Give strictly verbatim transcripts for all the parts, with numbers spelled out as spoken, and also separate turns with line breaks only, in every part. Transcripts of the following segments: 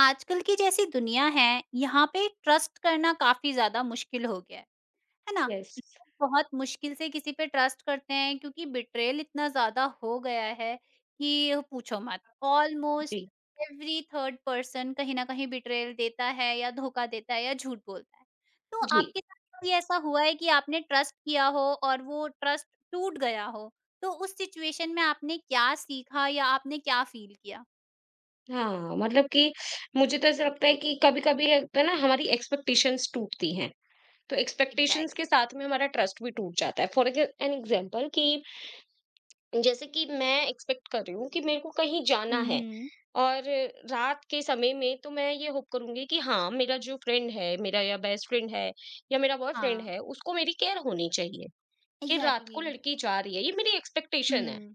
आजकल की जैसी दुनिया है, यहाँ पे ट्रस्ट करना काफ़ी ज़्यादा मुश्किल हो गया है, है ना?
यस,
लोग बहुत मुश्किल से किसी पे ट्रस्ट करते हैं क्योंकि बिट्रेयल इतना ज़्यादा हो गया है कि पूछो मत। ऑलमोस्ट
जी,
एवरी थर्ड पर्सन कहीं न कहीं बिट्रेयल देता है या धोखा देता है या झूठ बोलता है। तो
जी।
आपके साथ कभी ऐसा हुआ है कि आपने ट्रस्ट किया हो और वो ट्रस्ट टूट गया हो? तो उस सिचुएशन में आपने क्या सीखा या आपने क्या फ़ील किया?
हाँ, मतलब कि मुझे तो ऐसा लगता है कि कभी-कभी ये होता है तो ना हमारी एक्सपेक्टेशंस टूटती हैं, तो एक्सपेक्टेशंस के
एग्ज़ैक्टली।
साथ में हमारा ट्रस्ट भी टूट जाता है। फॉर एग एन एग्जांपल कि जैसे कि मैं एक्सपेक्ट कर रही हूँ कि मेरे को कहीं जाना
हुँ,
है,
हुँ।
और रात के समय में तो मैं ये होप करूँगी कि हाँ, मेरा जो फ्रेंड है, मेरा या बेस्ट फ्रेंड है या मेरा बॉयफ्रेंड
हाँ।
है, उसको मेरी केयर होनी चाहिए कि रात
एग्ज़ैक्टली।
को लड़की जा रही है। ये मेरी एक्सपेक्टेशन है।
हुँ।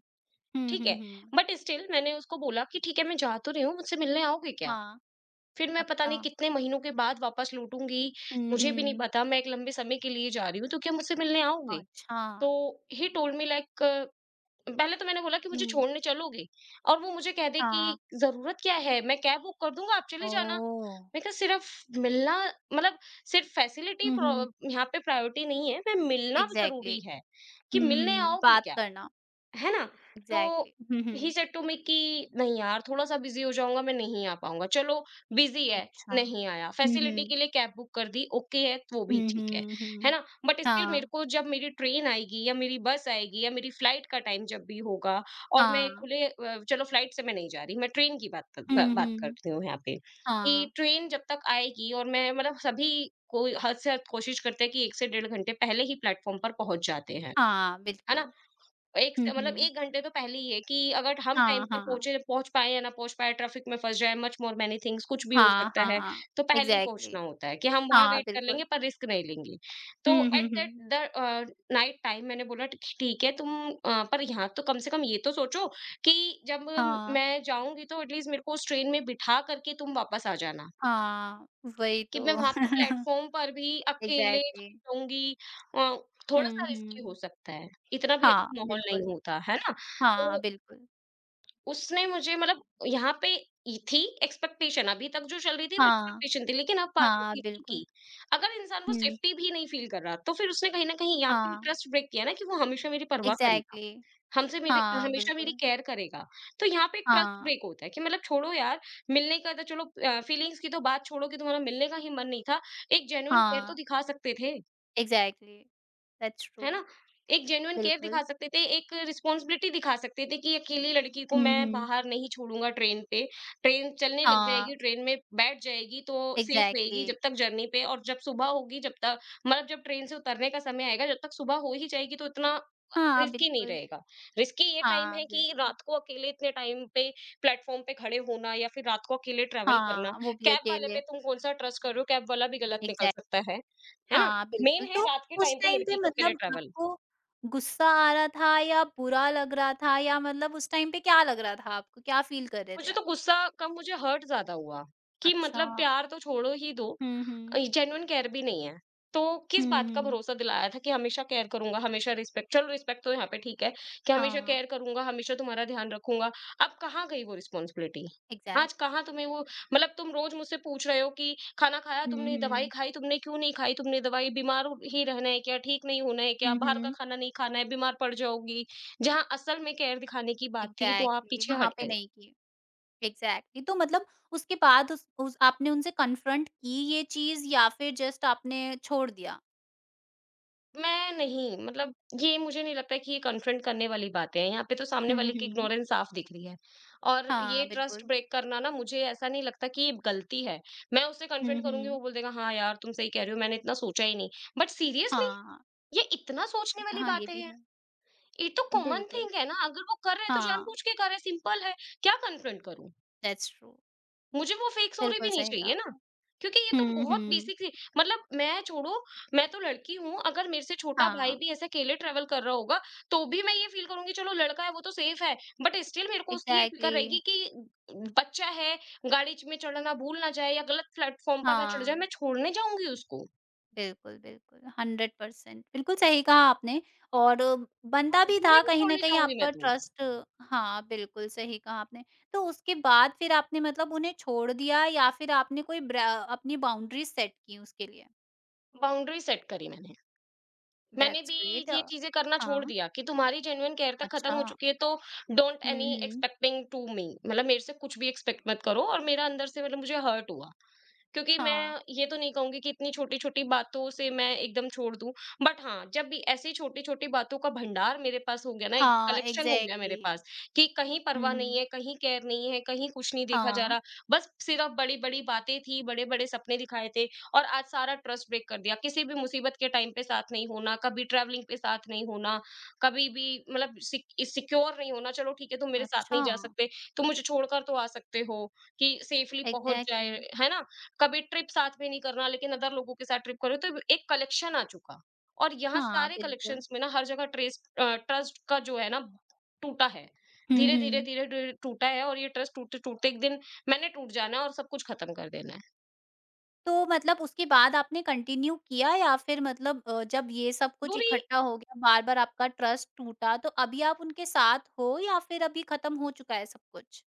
हुँ,
ठीक
हुँ,
है,
हुँ।
बट स्टिल मैंने उसको बोला कि ठीक है, मैं जा तो रही हूँ, मुझसे मिलने आओगे क्या?
हाँ,
फिर मैं पता नहीं
अच्छा।
कितने महीनों के बाद वापस लौटूंगी,
हुँ,
मुझे भी नहीं
हुँ।
पता, मैं एक लंबे समय के लिए जा रही हूँ, तो क्या मुझसे मिलने आओगे?
अच्छा।
तो ही टोल्ड मी लाइक, पहले तो मैंने बोला कि मुझे
हुँ।
छोड़ने चलोगे, और वो मुझे कह दे
हाँ,
कि जरूरत क्या है, मैं कैब बुक कर दूंगा, आप चले जाना।
ओह!
मैं कहा सिर्फ मिलना, मतलब सिर्फ फैसिलिटी
हुँ, हुँ।
यहाँ पे प्रायोरिटी नहीं है, मैं मिलना
एग्ज़ैक्टली।
जरूरी है, कि
हुँ,
मिलने
हुँ।
आओगे
बात
क्या,
करना,
है ना? तो
एग्ज़ैक्टली। हुँ,
ही
हुँ।
सेड टू मी कि नहीं यार, थोड़ा-सा बिज़ी हो जाऊँगा, मैं नहीं आ पाऊँगा। चलो बिज़ी है,
अच्छा।
नहीं आया।
हुँ,
फैसिलिटी
हुँ।
के लिए कैब बुक कर दी, ओके है तो वो भी
हुँ,
ठीक है,
हुँ,
है
हुँ।
ना? बट स्टिल मेरे
हाँ,
को जब मेरी ट्रेन आएगी या मेरी बस आएगी या मेरी फ्लाइट का टाइम जब भी होगा, और मैं
हाँ।
खुले अ, चलो फ्लाइट से मैं नहीं जा रही, मैं ट्रेन की बात क ब
हुँ,
बात
हुँ।
करती हूँ यहाँ पे कि
हाँ,
ट्रेन जब तक आएगी, और मैं मतलब सभी कोई हद से हद कोशिश करते हैं कि एक से डेढ़ घंटे पहले ही प्लेटफ़ॉर्म पर पहुँच जाते हैं,
हाँ,
है ना?
बिल्कुल।
एक
हुँ,
से मतलब
हुँ।
एक घंटे तो पहले ही है कि अगर हम टाइम
हाँ,
पर
हाँ।
पहुँचे पहुँच पाएँ या ना पहुँच पाएँ, ट्रैफिक में फँस जाएँ, मच मोर मैनी थिंग्स, कुछ भी हो
हाँ,
सकता है,
हाँ,
तो पहले ही पहुँचना
एग्ज़ैक्टली।
होता है कि हम वहाँ
हाँ,
वेट कर लेंगे
बिल्कुल।
पर रिस्क नहीं लेंगे। तो
हुँ, हुँ,
at that
hmm.
The uh, night time मैंने बोला ठ ठीक है तुम, अ, पर यहाँ तो कम से कम ये तो सोचो कि जब
हाँ,
मैं जाऊँगी तो एट लीस्ट मेरे को उस ट्रेन में बिठा कर के तुम वापस आ जाना।
हाँ, वही
कि
तो।
मैं वहाँ पे प्लेटफ़ॉर्म पर भी अकेले
एग्ज़ैक्टली।
रहूँगी, अ,
हुँ,
थोड़ा-सा रिस्की
हुँ।
हो सकता है, इतना भी
हाँ,
अच्छा माहौल नहीं
बिल्कुल।
होता, है ना?
हाँ,
तो
बिल्कुल।
उसने मुझे मतलब यहाँ पे ये थी एक्सपेक्टेशन, अभी तक जो चल रही थी वो
हाँ,
एक्सपेक्टेशन थी, लेकिन अब बात है
हाँ,
सेफ्टी
बिल्कुल।
की। अगर इंसान वो
हुँ,
सेफ्टी भी नहीं फ़ील कर रहा, तो फिर उसने कहीं न कहीं यहाँ पे
हाँ,
ट्रस्ट ब्रेक किया ना कि वो हमेशा मेरी परवाह करेगा।
एग्ज़ैक्टली।
हमसे मेरे
हाँ,
हमेशा मेरी
बिल्कुल।
केयर करेगा। तो यहाँ पे एक ट्रस्ट
हाँ,
ब्रेक होता है कि मतलब छोड़ो यार, मिलने का तो चलो, अ, फीलिंग्स की तो बात छोड़ो कि तुम्हारा मिलने का ही मन नहीं था, एक जेन्युइन केयर तो
हाँ,
दिखा सकते थे।
एग्ज़ैक्टली। That's true.
है ना? एक जेन्युइन केयर
बिल्कुल।
दिखा सकते थे, एक रिस्पॉन्सिबिलिटी दिखा सकते थे कि अकेली लड़की को
हुँ,
मैं
हुँ।
बाहर नहीं छोड़ूँगा ट्रेन पे। ट्रेन चलने लग
हाँ,
जाएगी, ट्रेन में बैठ जाएगी तो सेफ
एग्ज़ैक्टली।
रहेगी जब तक जर्नी पे, और जब सुबह होगी, जब तक मतलब जब ट्रेन से उतरने का समय आएगा जब तक सुबह हो ही जाएगी, तो इतना अ,
हाँ,
रिस्की नहीं
बिल्कुल।
रहेगा। रिस्की ये टाइम
हाँ,
है कि
बिल्कुल।
रात को अकेले इतने टाइम पे प्लेटफ़ॉर्म पे खड़े होना या फिर रात को अकेले ट्रैवल करना।
हाँ, वो भी
कैब वाले पे
अकेले।
तुम कौन-सा ट्रस्ट कर रहे हो? कैब वाला भी गलत निकल
एग्ज़ैक्ट
सकता है। है ना?
हाँ,
मेन
बिल्कुल,
है
तो
रात के
उस
टाइम पे
टाइम पे
लड़की का पहले
मतलब
ट्रैवल।
आपको गुस्सा आ रहा था या बुरा लग रहा था या मतलब उस टाइम पे क्या लग रहा था आपको? क्या फ़ील कर रहे थे
मुझे तो
आप?
गुस्सा कम, मुझे हर्ट ज़्यादा हुआ कि
अच्छा
मतलब प्यार तो छोड़ो ही दो,
हुँ,
अ,
हुँ।
जेन्युइन केयर भी नहीं है। तो
हुँ,
किस बात का
हुँ।
भरोसा दिलाया था कि हमेशा केयर करूँगा, हमेशा रिस्पेक्ट, चलो रिस्पेक्ट तो यहाँ पे ठीक है, कि हमेशा
हाँ,
केयर करूँगा, हमेशा तुम्हारा ध्यान रखूँगा। अब कहाँ गई वो रिस्पॉन्सिबिलिटी? आज
एग्ज़ैक्टली।
कहाँ तुम्हें वो मतलब, तुम रोज़ मुझसे पूछ रहे हो कि खाना खाया
हुँ,
तुमने, दवाई
हुँ।
खाई तुमने, क्यों नहीं खाई तुमने दवाई? बीमार ही रहना है क्या? ठीक नहीं होना है क्या?
हुँ,
बाहर का
हुँ।
खाना नहीं खाना है, बीमार पड़ जाओगी। जहाँ असल में केयर दिखाने की बात थी, तो आप
एग्ज़ैक्टली,
पीछे
वहाँ
हट
पे
गए।
नहीं किए। एग्ज़ैक्टली, तो मतलब उसके बाद उस उस आपने उनसे कन्फ्रंट की ये चीज़ या फिर जस्ट आपने छोड़ दिया?
मैं नहीं, मतलब ये मुझे नहीं लगता कि ये कन्फ्रंट करने वाली बातें हैं। यहाँ पे तो सामने
हुँ,
वाले की
हुँ।
इग्नोरेंस साफ दिख रही है। और ये
हाँ,
ट्रस्ट
बिल्कुल।
ब्रेक करना, ना मुझे ऐसा नहीं लगता कि ये गलती है। मैं उससे
हुँ,
कन्फ्रंट करूँगी वो
हुँ।
बोल देगा हाँ यार तुम सही कह रही हो, मैंने इतना सोचा ही नहीं। बट सीरियसली,
हाँ,
ये इतना सोचने वाली
हाँ, ये
बातें
भी
हैं?
है।
ये तो कॉमन
बिल्कुल,
थिंग है ना, अगर वो कर रहे हैं तो
हाँ।
जानबूझ के कर रहे हैं, सिंपल है। क्या कन्फ्रंट करूँ?
That's true.
मुझे वो फेक सॉरी भी
बिल्कुल
नहीं
सही कहा
चाहिए ना,
आपने।
क्योंकि ये तो
हुँ,
बहुत
हुँ।
बेसिक सी, मतलब मैं छोड़ो, मैं तो लड़की हूँ, अगर मेरे से छोटा भाई
हाँ,
भी ऐसे अकेले ट्रैवल कर रहा होगा, तो भी मैं ये फ़ील करूँगी चलो लड़का है वो तो सेफ है, बट स्टिल मेरे को उसकी ये फ़िक्र
एग्ज़ैक्टली।
रहेगी कि बच्चा है, गाड़ी च में चढ़ना भूल ना जाए या गलत प्लेटफ़ॉर्म पर ना चढ़ जाए,
हाँ,
मैं छोड़ने जाऊँगी उसको,
बिल्कुल, बिल्कुल, हंड्रेड परसेंट बिल्कुल सही कहा आपने और
और
बनता भी
दिन में
था
भी
कहीं न
छोड़ने
कहीं
जाऊँगी मैं
आपका
तो,
ट्रस्ट हाँ, बिल्कुल सही कहा आपने। तो उसके बाद फिर आपने मतलब उन्हें छोड़ दिया या फिर आपने कोई ब्रा अपनी बाउंड्रीज़ सेट की उसके लिए?
बाउंड्री सेट करी मैंने। मैंने
दैट्स
भी
ग्रेट।
ये चीजें करना छोड़
हाँ,
दिया कि तुम्हारी जेन्युइन केयर तक खत्म
अच्छा।
हो चुकी है, तो don't
hmm,
any
hmm.
Expecting to me, मतलब मेरे से कुछ भी एक्सपेक्ट मत करो, और मेरा अंदर से, मतलब मुझे हर्ट हुआ, क्योंकि मैं
हाँ,
ये तो नहीं कहूँगी कि इतनी छोटी-छोटी बातों से मैं एकदम छोड़ दूँ। बट हाँ, जब भी ऐसी छोटी-छोटी बातों का भंडार मेरे पास हो गया ना, एक
हाँ,
कलेक्शन हो गया
एग्ज़ैक्टली।
मेरे पास कि कहीं
हुँ,
परवाह नहीं
हुँ।
है, कहीं केयर नहीं है, कहीं कुछ नहीं देखा जा
हाँ,
रहा। बस सिर्फ बड़ी-बड़ी बातें थी, बड़े-बड़े सपने दिखाए थे, और आज सारा ट्रस्ट ब्रेक कर दिया। किसी भी मुसीबत के टाइम पे साथ नहीं होना, कभी ट्रैवलिंग पे साथ नहीं होना, कभी भी मतलब सिक सिक्योर नहीं होना, चलो ठीक है तुम मेरे साथ नहीं
अच्छा।
जा सकते, तुम मुझे छोड़कर तो आ सकते हो कि सेफली पहुँच
एग्ज़ैक्टली।
जाए, है ना? कभी ट्रिप साथ में नहीं करना लेकिन अदर लोगों के साथ ट्रिप करो, तो एक कलेक्शन आ चुका, और यहाँ
हाँ,
सारे
बिल्कुल।
कलेक्शंस में ना, हर जगह ट्रेस ट्रस्ट का जो है ना, टूटा है।
हुँ,
धीरे धीरे
हुँ।
धीरे धीरे टूटा है, और ये ट्रस्ट टूटते टूटते एक दिन मैंने टूट जाना है और सब कुछ खत्म कर देना है।
तो मतलब उसके बाद आपने कंटिन्यू किया या फिर मतलब अ, जब ये सब कुछ
दूरी।
इकट्ठा हो गया, बार-बार आपका ट्रस्ट टूटा, तो अभी आप उनके साथ हो या फिर अभी खत्म हो चुका है सब कुछ?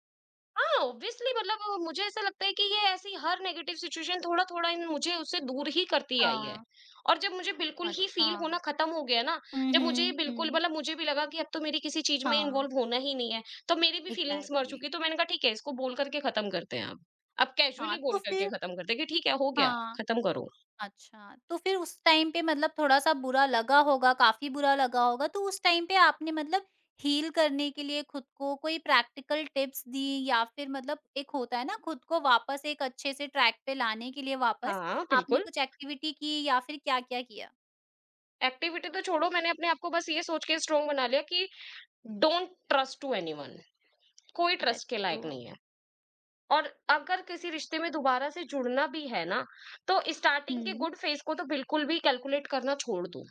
हाँ, ऑब्वियसली, मतलब अ, मुझे ऐसा लगता है कि ये ऐसी हर नेगेटिव सिचुएशन थोड़ा-थोड़ा इन मुझे उससे दूर ही करती आई है।
हाँ,
और जब मुझे बिल्कुल ही
अच्छा।
फ़ील होना ख़त्म हो गया ना,
हुँ,
जब मुझे ये
हुँ,
बिल्कुल
हुँ।
मतलब मुझे भी लगा कि अब तो मेरी किसी चीज़ में
हाँ,
इन्वॉल्व होना ही नहीं है, तो मेरी भी फीलिंग्स मर
एग्ज़ैक्टली।
चुकी है, तो मैंने कहा ठीक है इसको बोल कर के ख़त्म करते हैं अब। अब कैज़ुअली
हाँ, तो
बोल कर के
फिर
ख़त्म करते हैं कि ठीक है हो गया,
हाँ।
ख़त्म करो।
अच्छा, तो फिर उस टाइम पे मतलब थोड़ा-सा बुरा लगा होगा, काफ़ी बुरा लगा होगा, तो उस टाइम पे आपने मतलब हील करने के लिए खुद को कोई प्रैक्टिकल टिप्स दी या फिर मतलब एक होता है ना खुद को वापस एक अच्छे से ट्रैक पे लाने के लिए वापस,
हाँ,
आपने
बिल्कुल।
कुछ एक्टिविटी की या फिर क्या-क्या किया?
एक्टिविटी तो छोड़ो, मैंने अपने आप को बस ये सोच के स्ट्रॉन्ग बना लिया कि डोंट ट्रस्ट टू एनीवन, कोई ट्रस्ट
दैट्स
के
ट्रू।
लायक नहीं है। और अगर किसी रिश्ते में दोबारा से जुड़ना भी है ना, तो स्टार्टिंग के
हुँ।
गुड फेज़ को तो बिल्कुल भी कैलकुलेट करना छोड़ दो।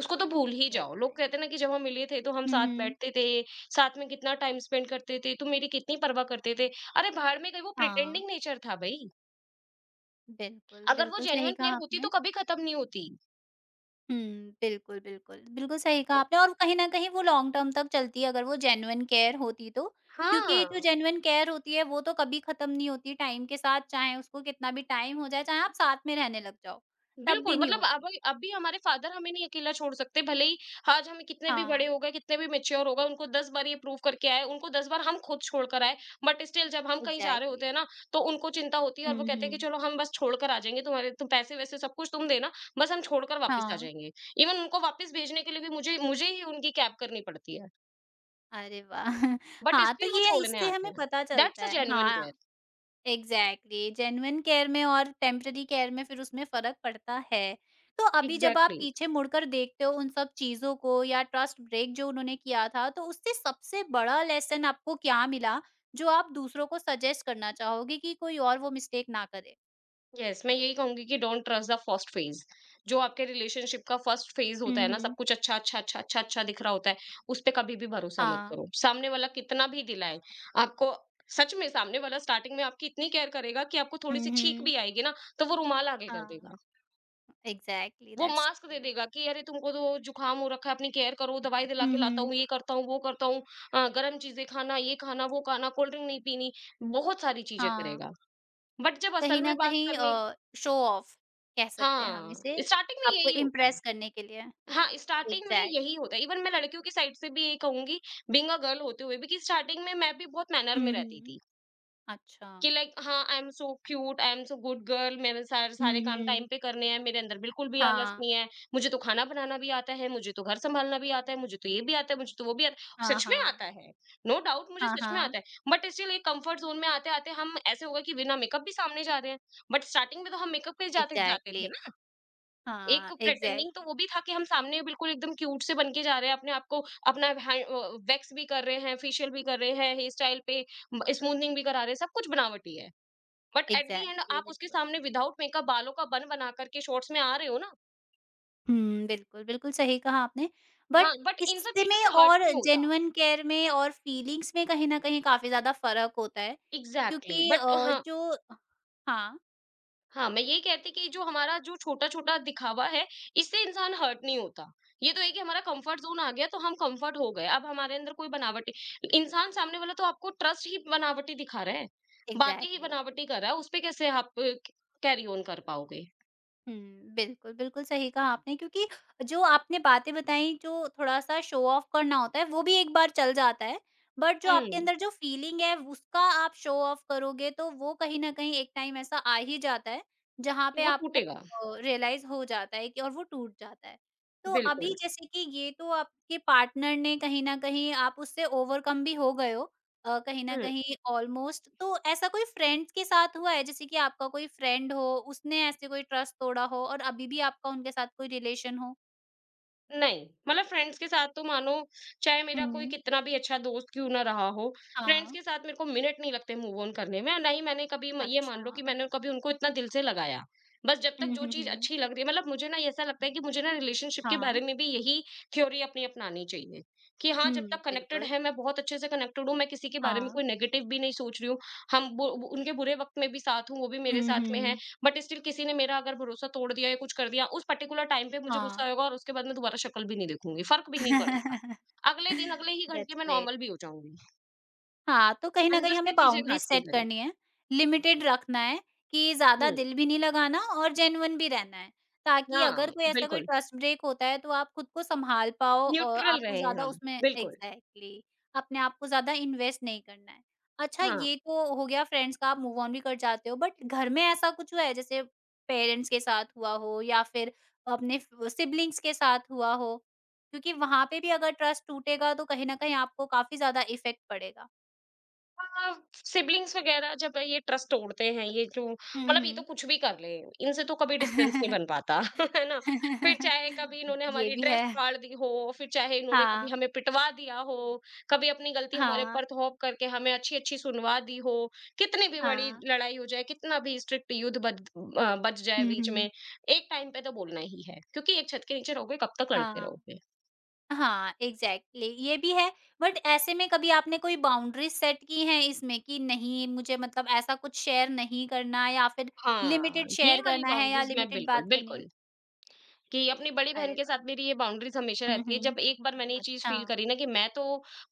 उसको तो भूल ही जाओ।
दैट्स
लोग
ग्रेट।
कहते हैं ना कि जब हम मिले थे तो हम
हुँ,
साथ
हुँ।
बैठते थे, साथ में कितना टाइम स्पेंड करते थे, तुम मेरी कितनी परवाह करते थे। अरे भाड़ में गई, वो
हाँ,
प्रिटेंडिंग नेचर था भई।
बिल्कुल,
अगर वो
बिल्कुल सही
जेन्युइन
कहा
प्यार होती तो
आपने।
कभी खत्म नहीं होती।
हुँ, बिल्कुल, बिल्कुल। बिल्कुल सही कहा
तो
आपने और कहीं न कहीं वो लॉन्ग टर्म तक चलती है अगर वो जेन्युइन केयर होती तो। क्योंकि जो
हाँ।
जेन्युइन केयर होती है वो तो कभी खत्म नहीं होती टाइम के साथ, चाहे उसको कितना भी टाइम हो जाए, चाहे आप साथ में रहने लग जाओ, तब
बिल्कुल,
भी नहीं
मतलब अब
होती।
अभी हमारे फादर हमें नहीं अकेला छोड़ सकते, भले ही आज हम कितने भी बड़े
हाँ,
हो गए, कितने भी मैच्योर हो गए, उनको दस बार ये प्रूव करके आए, उनको दस बार हम खुद छोड़कर आए, बट स्टिल जब हम कहीं जा रहे होते
एग्ज़ैक्टली।
हैं ना, तो उनको चिंता होती है और वो
हुँ,
कहते हैं कि
हुँ।
चलो हम बस छोड़कर आ जाएँगे, तुम्हारे तुम पैसे-वैसे सब कुछ तुम देना, बस हम छोड़कर वापस आ
हाँ।
जाएँगे। इवन उनको वापस भेजने के लिए भी मुझे मुझे ही उनकी कैब करनी पड़ती है,
अरे वाह!
बट
हाँ, तो
स्टिल वो
ये
छोड़ने
इससे
आते
हमें
हैं।
पता
दैट्स
चलता
अ
है।
Genuine care.
हाँ। Exactly exactly. जेन्युइन केयर में और टेम्पररी केयर में फिर उसमें फ़र्क पड़ता है। तो अभी जब आप
एग्ज़ैक्टली।
पीछे मुड़कर देखते हो उन सब चीज़ों को या ट्रस्ट ब्रेक जो उन्होंने किया था, तो उससे सबसे बड़ा लेसन आपको क्या मिला, जो आप दूसरों को सजेस्ट करना चाहोगे कि कोई और वो मिस्टेक ना करे?
यस, मैं यही कहूंगी कि don't trust the first phase, जो आपके रिलेशनशिप का फर्स्ट फेज होता
हुँ,
है ना, सब
हुँ।
कुछ अच्छा अच्छा अच्छा अच्छा अच्छा दिख रहा होता है, उस पे कभी भी भरोसा मत
हाँ।
करो, सामने वाला कितना भी दिलाए आपको। सच में सामने वाला स्टार्टिंग में आपकी इतनी केयर करेगा कि आपको थोड़ी सी
हुँ,
छींक
हुँ।
भी आएगी ना तो वो रुमाल आगे कर
हाँ,
देगा,
एग्जैक्टली
वो
दैट्स
मास्क दे
ट्रू।
देगा कि अरे तुमको तो जुकाम हो रखा है, अपनी केयर करो, दवाई दिला
हुँ,
के लाता
हुँ।
हूँ, ये करता हूँ वो करता हूँ। अ, गर्म चीजें खाना, ये खाना, वो खाना, कोल्ड ड्रिंक नहीं पीनी। बहुत सारी चीजें
हाँ,
करेगा। बट जब
कहीं
असल
न
में बात
कहीं अ,
करने।
शो ऑफ कह सकते हैं हम
हाँ,
इसे,
स्टार्टिंग में
आपको
यही होता है।
इम्प्रेस करने के लिए।
हाँ, स्टार्टिंग में
एग्जैक्ट
यही होता है। इवन मैं लड़कियों की साइड से भी यही कहूँगी, बीइंग अ गर्ल होते हुए भी, कि स्टार्टिंग में मैं भी बहुत मैनर में
हुँ,
रहती
हुँ।
थी।
अच्छा।
कि लाइक हाँ, I am so cute, I am so good girl, मेरे सारे सारे
हुँ,
काम
हुँ।
टाइम पे करने हैं, मेरे अंदर बिल्कुल भी आलस
हाँ।
नहीं है, मुझे तो खाना बनाना भी आता है, मुझे तो घर सँभालना भी आता है, मुझे तो ये भी आता है, मुझे तो वो भी आता है।
हाँ,
सच में
हाँ।
आता है, नो डाउट मुझे
हाँ,
सच में
हाँ।
आता है। बट स्टिल एक कम्फर्ट ज़ोन में आते-आते हम ऐसे हो गए कि बिना मेकअप भी सामने जा रहे हैं। बट स्टार्टिंग में तो हम मेकअप के जाते जाते
एग्ज़ैक्टली।
थे ना। एक
हाँ,
प्रिटेंडिंग तो
एग्ज़ैक्टली,
वो भी था कि हम सामने बिल्कुल एकदम क्यूट से बन के जा रहे हैं, अपने आप को अपना वैक्स भी कर रहे हैं, फेशियल भी कर रहे हैं, हेयर स्टाइल पे स्मूथनिंग भी करा रहे हैं। सब कुछ बनावटी है। But at the end
exactly,
आप उसके
बिल्कुल।
सामने विदाउट मेकअप, बालों का बन बना करके शॉर्ट्स में आ रहे हो ना।
हुँ, बिल्कुल, बिल्कुल सही कहा आपने।
हाँ,
बट
बट इन सब
इससे
चीजों
में
से हर्ट
और
नहीं होता।
जेन्युइन केयर में और फीलिंग्स में कहीं न कहीं काफ़ी ज़्यादा फ़र्क होता है
एग्जैक्टली
क्योंकि
exactly. बट
अ,
हाँ
जो हाँ,
हाँ, मैं यही कहती कि जो हमारा जो छोटा-छोटा दिखावा है, इससे इंसान हर्ट नहीं होता। ये तो है कि हमारा कम्फर्ट ज़ोन आ गया तो हम कम्फर्ट हो गए। अब हमारे अंदर कोई बनावटी इंसान, सामने वाला तो आपको ट्रस्ट ही बनावटी दिखा रहा है, बातें ही
एग्ज़ैक्टली।
बनावटी कर रहा है, उसपे कैसे आप कैरी ऑन कर पाओगे?
हुँ, बिल्कुल, बिल्कुल सही कहा आपने क्योंकि जो आपने बातें बताई जो थोड़ा-सा शो ऑफ करना होता है वो भी एक बार चल जाता है। बट जो आपके
हुँ,
अंदर जो फीलिंग है उसका आप शो ऑफ करोगे तो वो कहीं न कहीं एक टाइम ऐसा आ ही जाता है, जहाँ पे
वो
आपको
टूटेगा।
अ, रियलाइज़ हो जाता है कि और वो टूट जाता है। तो अभी
बिल्कुल।
जैसे कि ये तो आपके पार्टनर ने कहीं न कहीं आप उससे ओवरकम भी हो गए हो। अ, कहीं न
हुँ।
कहीं ऑलमोस्ट तो ऐसा कोई फ्रेंड्स के साथ हुआ है? जैसे कि आपका कोई फ्रेंड हो, उसने ऐसे कोई ट्रस्ट तोड़ा हो और अभी भी आपका उनके साथ कोई रिलेशन हो?
नहीं, मतलब फ्रेंड्स के साथ तो मानो, चाहे मेरा कोई
हुँ।
कितना भी अच्छा दोस्त क्यों ना रहा हो, फ्रेंड्स
हाँ।
के साथ मेरे को मिनट नहीं लगते मूव ऑन करने में, और ना ही मैंने कभी म ये मान
अच्छा।
लो कि मैंने कभी उनको इतना दिल से लगाया। बस जब तक
हुँ,
जो
हुँ,
चीज़
हुँ।
अच्छी लग रही है, मतलब मुझे ना ऐसा लगता है कि मुझे ना रिलेशनशिप के
हाँ।
बारे में भी यही थ्योरी अपनी अपनानी चाहिए, कि हाँ, जब
हुँ,
तक कनेक्टेड
बिल्कुल।
है, मैं बहुत अच्छे से कनेक्टेड हूँ, मैं किसी के बारे में
हाँ।
कोई नेगेटिव भी नहीं सोच रही हूँ। हम बु बु- उनके बुरे वक़्त में भी साथ हूँ, वो भी मेरे
हुँ,
साथ में हैं।
हुँ।
बट स्टिल किसी ने मेरा अगर भरोसा तोड़ दिया या कुछ कर दिया, उस पर्टिकुलर टाइम पे मुझे गुस्सा
हाँ।
आएगा और उसके बाद मैं दोबारा शक्ल भी नहीं देखूँगी, फ़र्क भी नहीं पड़ेगा। अगले दिन, अगले ही घंटे
दैट्स
में
ग्रेट।
नॉर्मल भी हो जाऊँगी,
हाँ, तो कहीं न
अंदर
कहीं
से
हमें
चीज़ें घात
बाउंड्रीज़
नहीं
सेट
करें।
करनी है, लिमिटेड रखना है कि ज़्यादा
हुँ,
दिल भी नहीं लगाना और जेन्युइन भी रहना है, ताकि अगर
हाँ,
कोई ऐसा कोई
बिल्कुल,
ट्रस्ट ब्रेक होता है तो आप खुद को सँभाल पाओ और
न्यूट्रल
आपको
रहे
ज़्यादा
हम,
उसमें
बिल्कुल,
एग्ज़ैक्टली, अपने आप को ज़्यादा इन्वेस्ट नहीं करना है। अच्छा
हाँ।
ये तो हो गया फ्रेंड्स का आप मूव ऑन भी कर जाते हो बट घर में ऐसा कुछ हुआ है जैसे पेरेंट्स के साथ हुआ हो या फिर अपने फ सिबलिंग्स के साथ हुआ हो? क्योंकि वहाँ पे भी अगर ट्रस्ट टूटेगा तो कहीं न कहीं आपको काफ़ी ज़्यादा इफ़ेक्ट पड़ेगा।
हाँ, सिबलिंग्स वगैरह जब ये ट्रस्ट तोड़ते हैं, ये जो
हुँ,
मतलब, ये तो
हुँ।
कुछ भी कर ले, इनसे तो कभी डिस्टेंस नहीं बन पाता है ना। फिर चाहे कभी इन्होंने
ये
हमारी
भी
ड्रेस
है।
फाड़ दी हो, फिर चाहे इन्होंने कभी
हाँ,
हमें पिटवा दिया हो, कभी अपनी गलती हमारे
हाँ,
पर थोप करके हमें अच्छी अच्छी सुनवा दी हो, कितनी भी बड़ी
हाँ।
लड़ाई हो जाए, कितना भी स्ट्रिक्ट युद्ध बच अ, बच जाए
हुँ,
बीच में,
हुँ।
एक टाइम पे तो बोलना ही है क्योंकि एक छत के नीचे रहोगे, कब तक लड़ते
हाँ,
रहोगे।
हाँ, एग्ज़ैक्टली ये भी है बट ऐसे में कभी आपने कोई बाउंड्रीज़ सेट की हैं इसमें कि नहीं मुझे मतलब ऐसा कुछ शेयर नहीं करना या फिर
हाँ,
लिमिटेड
ये
शेयर
वाली
करना है या
बाउंड्रीज मैं
लिमिटेड
बिल्कुल
बात करनी है?
बिल्कुल, कि अपनी बड़ी बहन
अरे
के
वाह!
साथ मेरी ये बाउंड्रीज हमेशा
हुँ,
रहती है।
हुँ।
जब एक बार मैंने ये चीज़ फ़ील
अच्छा,
करी ना कि मैं तो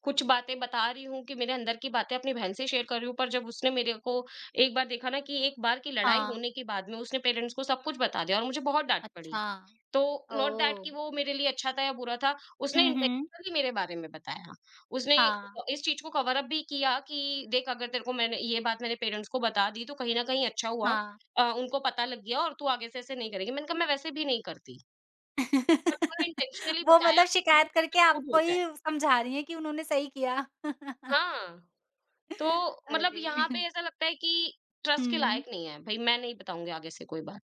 कुछ बातें बता रही हूँ, कि मेरे अंदर की बातें अपनी बहन से शेयर कर रही हूँ, पर जब उसने मेरे को एक बार देखा ना कि एक बार की लड़ाई
हाँ,
होने के बाद में उसने पेरेंट्स को सब कुछ बता दिया और मुझे बहुत डाँट पड़ी।
अच्छा।
तो नॉट दैट
ओह!
कि वो मेरे लिए अच्छा था या बुरा था, उसने
हुँ, हुँ।
इंटेंशनली मेरे बारे में बताया। उसने
हाँ,
इस चीज़ को कवर अप भी किया कि देख, अगर तेरे को मैंने ये बात मैंने पेरेंट्स को बता दी तो कहीं न कहीं अच्छा हुआ,
हाँ।
अ, उनको पता लग गया और तू आगे से ऐसे नहीं करेगी। मैंने कहा मैं वैसे भी नहीं करती। बट उन्होंने इंटेंशनली
वो
बताया
मतलब
कि वो
शिकायत करके
उसमें लोड हो
आपको ही
जाए।
समझा रही हैं कि उन्होंने सही किया।
हाँ, तो मतलब
अरे!
यहाँ पे ऐसा लगता है कि ट्रस्ट के
हुँ।
लायक नहीं है। भई मैं नहीं बताऊँगी आगे से कोई बात।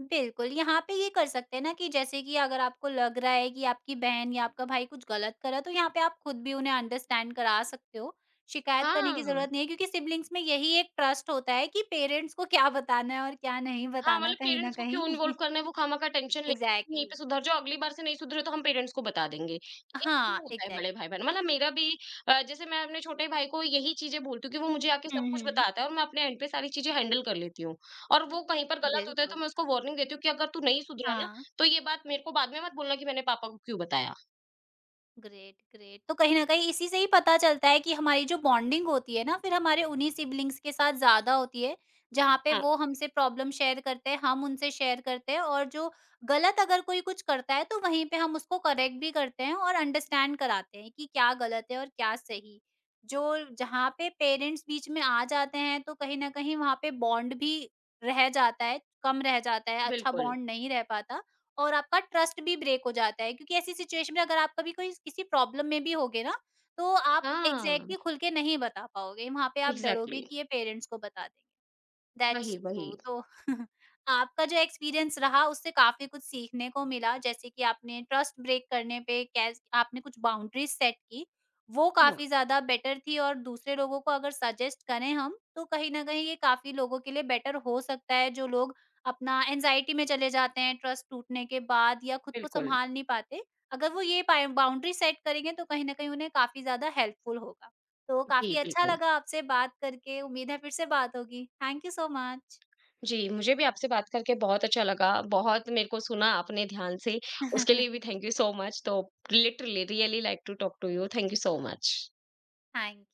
बिल्कुल, यहाँ पे ये कर सकते हैं ना कि जैसे कि अगर आपको लग रहा है कि आपकी बहन या आपका भाई कुछ गलत कर रहा है, तो यहाँ पे आप खुद भी उन्हें अंडरस्टैंड करा सकते हो। शिकायत करने की
हाँ।
ज़रूरत नहीं है क्योंकि सिबलिंग्स में यही एक ट्रस्ट होता है कि पेरेंट्स को क्या बताना है और क्या नहीं
हाँ,
बताना
मतलब
कहीं न
पेरेंट्स को क्यों इन्वॉल्व
कहीं।
करना है, वो खामखा टेंशन ले, यहीं
एग्ज़ैक्टली।
पे सुधर जाओ, अगली बार से नहीं सुधरे तो हम पेरेंट्स को बता देंगे। ये ये
हाँ,
होता है बड़े
एग्ज़ैक्टली।
भाई-बहन, मतलब मेरा भी अ, जैसे मैं अपने छोटे भाई को यही चीज़ें बोलती हूँ कि वो मुझे आके सब
हुँ,
कुछ
हुँ।
बताता है और मैं अपने एंड पे सारी चीज़ें हैंडल कर लेती हूँ। और वो कहीं पर गलत होता है तो
बिल्कुल।
मैं उसको वार्निंग देती हूँ कि अगर तू नहीं सुधरा ना,
हाँ।
तो ये बात मेरे को बाद में मत बोलना कि मैंने पापा को क्यों बताया।
Great, great. तो कहीं न कहीं इसी से ही पता चलता है कि हमारी जो बॉन्डिंग होती है ना, फिर हमारे उन्हीं सिबलिंग्स के साथ ज़्यादा होती है, जहाँ पे
हाँ,
वो हमसे प्रॉब्लम शेयर करते हैं, हम उनसे शेयर करते हैं और जो गलत अगर कोई कुछ करता है, तो वहीं पे हम उसको करेक्ट भी करते हैं और अंडरस्टैंड कराते हैं कि क्या गलत है और क्या सही। जो जहाँ पे पेरेंट्स बीच में आ जाते हैं, तो कहीं न कहीं वहाँ पे बॉन्ड भी रह जाता है, कम रह जाता है, अच्छा
बिल्कुल।
बॉन्ड नहीं रह पाता। और आपका ट्रस्ट भी ब्रेक हो जाता है क्योंकि ऐसी सिचुएशन में अगर आप कभी कोई किसी प्रॉब्लम में भी होगे ना, तो आप
हाँ,
एग्ज़ैक्टली खुल के नहीं बता पाओगे। वहाँ पे आप डरोगे
एग्ज़ैक्टली
कि ये पेरेंट्स को बता दें।
वही,
दैट्स ट्रू
वही।
तो आपका जो एक्सपीरियंस रहा उससे काफ़ी कुछ सीखने को मिला जैसे कि आपने ट्रस्ट ब्रेक करने पे कैस आपने कुछ बाउंड्रीज सेट की, वो
हुँ,
काफ़ी ज़्यादा बेटर थी और दूसरे लोगों को अगर सजेस्ट करें हम, तो कहीं न कहीं ये काफ़ी लोगों के लिए बेटर हो सकता है जो लोग अपना एंग्ज़ायटी में चले जाते हैं ट्रस्ट टूटने के बाद या खुद को
बिल्कुल।
सँभाल नहीं पाते। अगर वो ये पाए बाउंड्री सेट करेंगे तो कहीं न कहीं उन्हें काफ़ी ज़्यादा हेल्पफुल होगा। तो
जी,
काफ़ी अच्छा
बिल्कुल।
लगा आपसे बात करके, उम्मीद है फिर से बात होगी। Thank you so much.
जी, मुझे भी आपसे बात करके बहुत अच्छा लगा। बहुत मेरे को सुना आपने ध्यान से, उसके लिए भी थैंक यू सो मच। तो literally really like to talk to you. Thank you so much.
Thank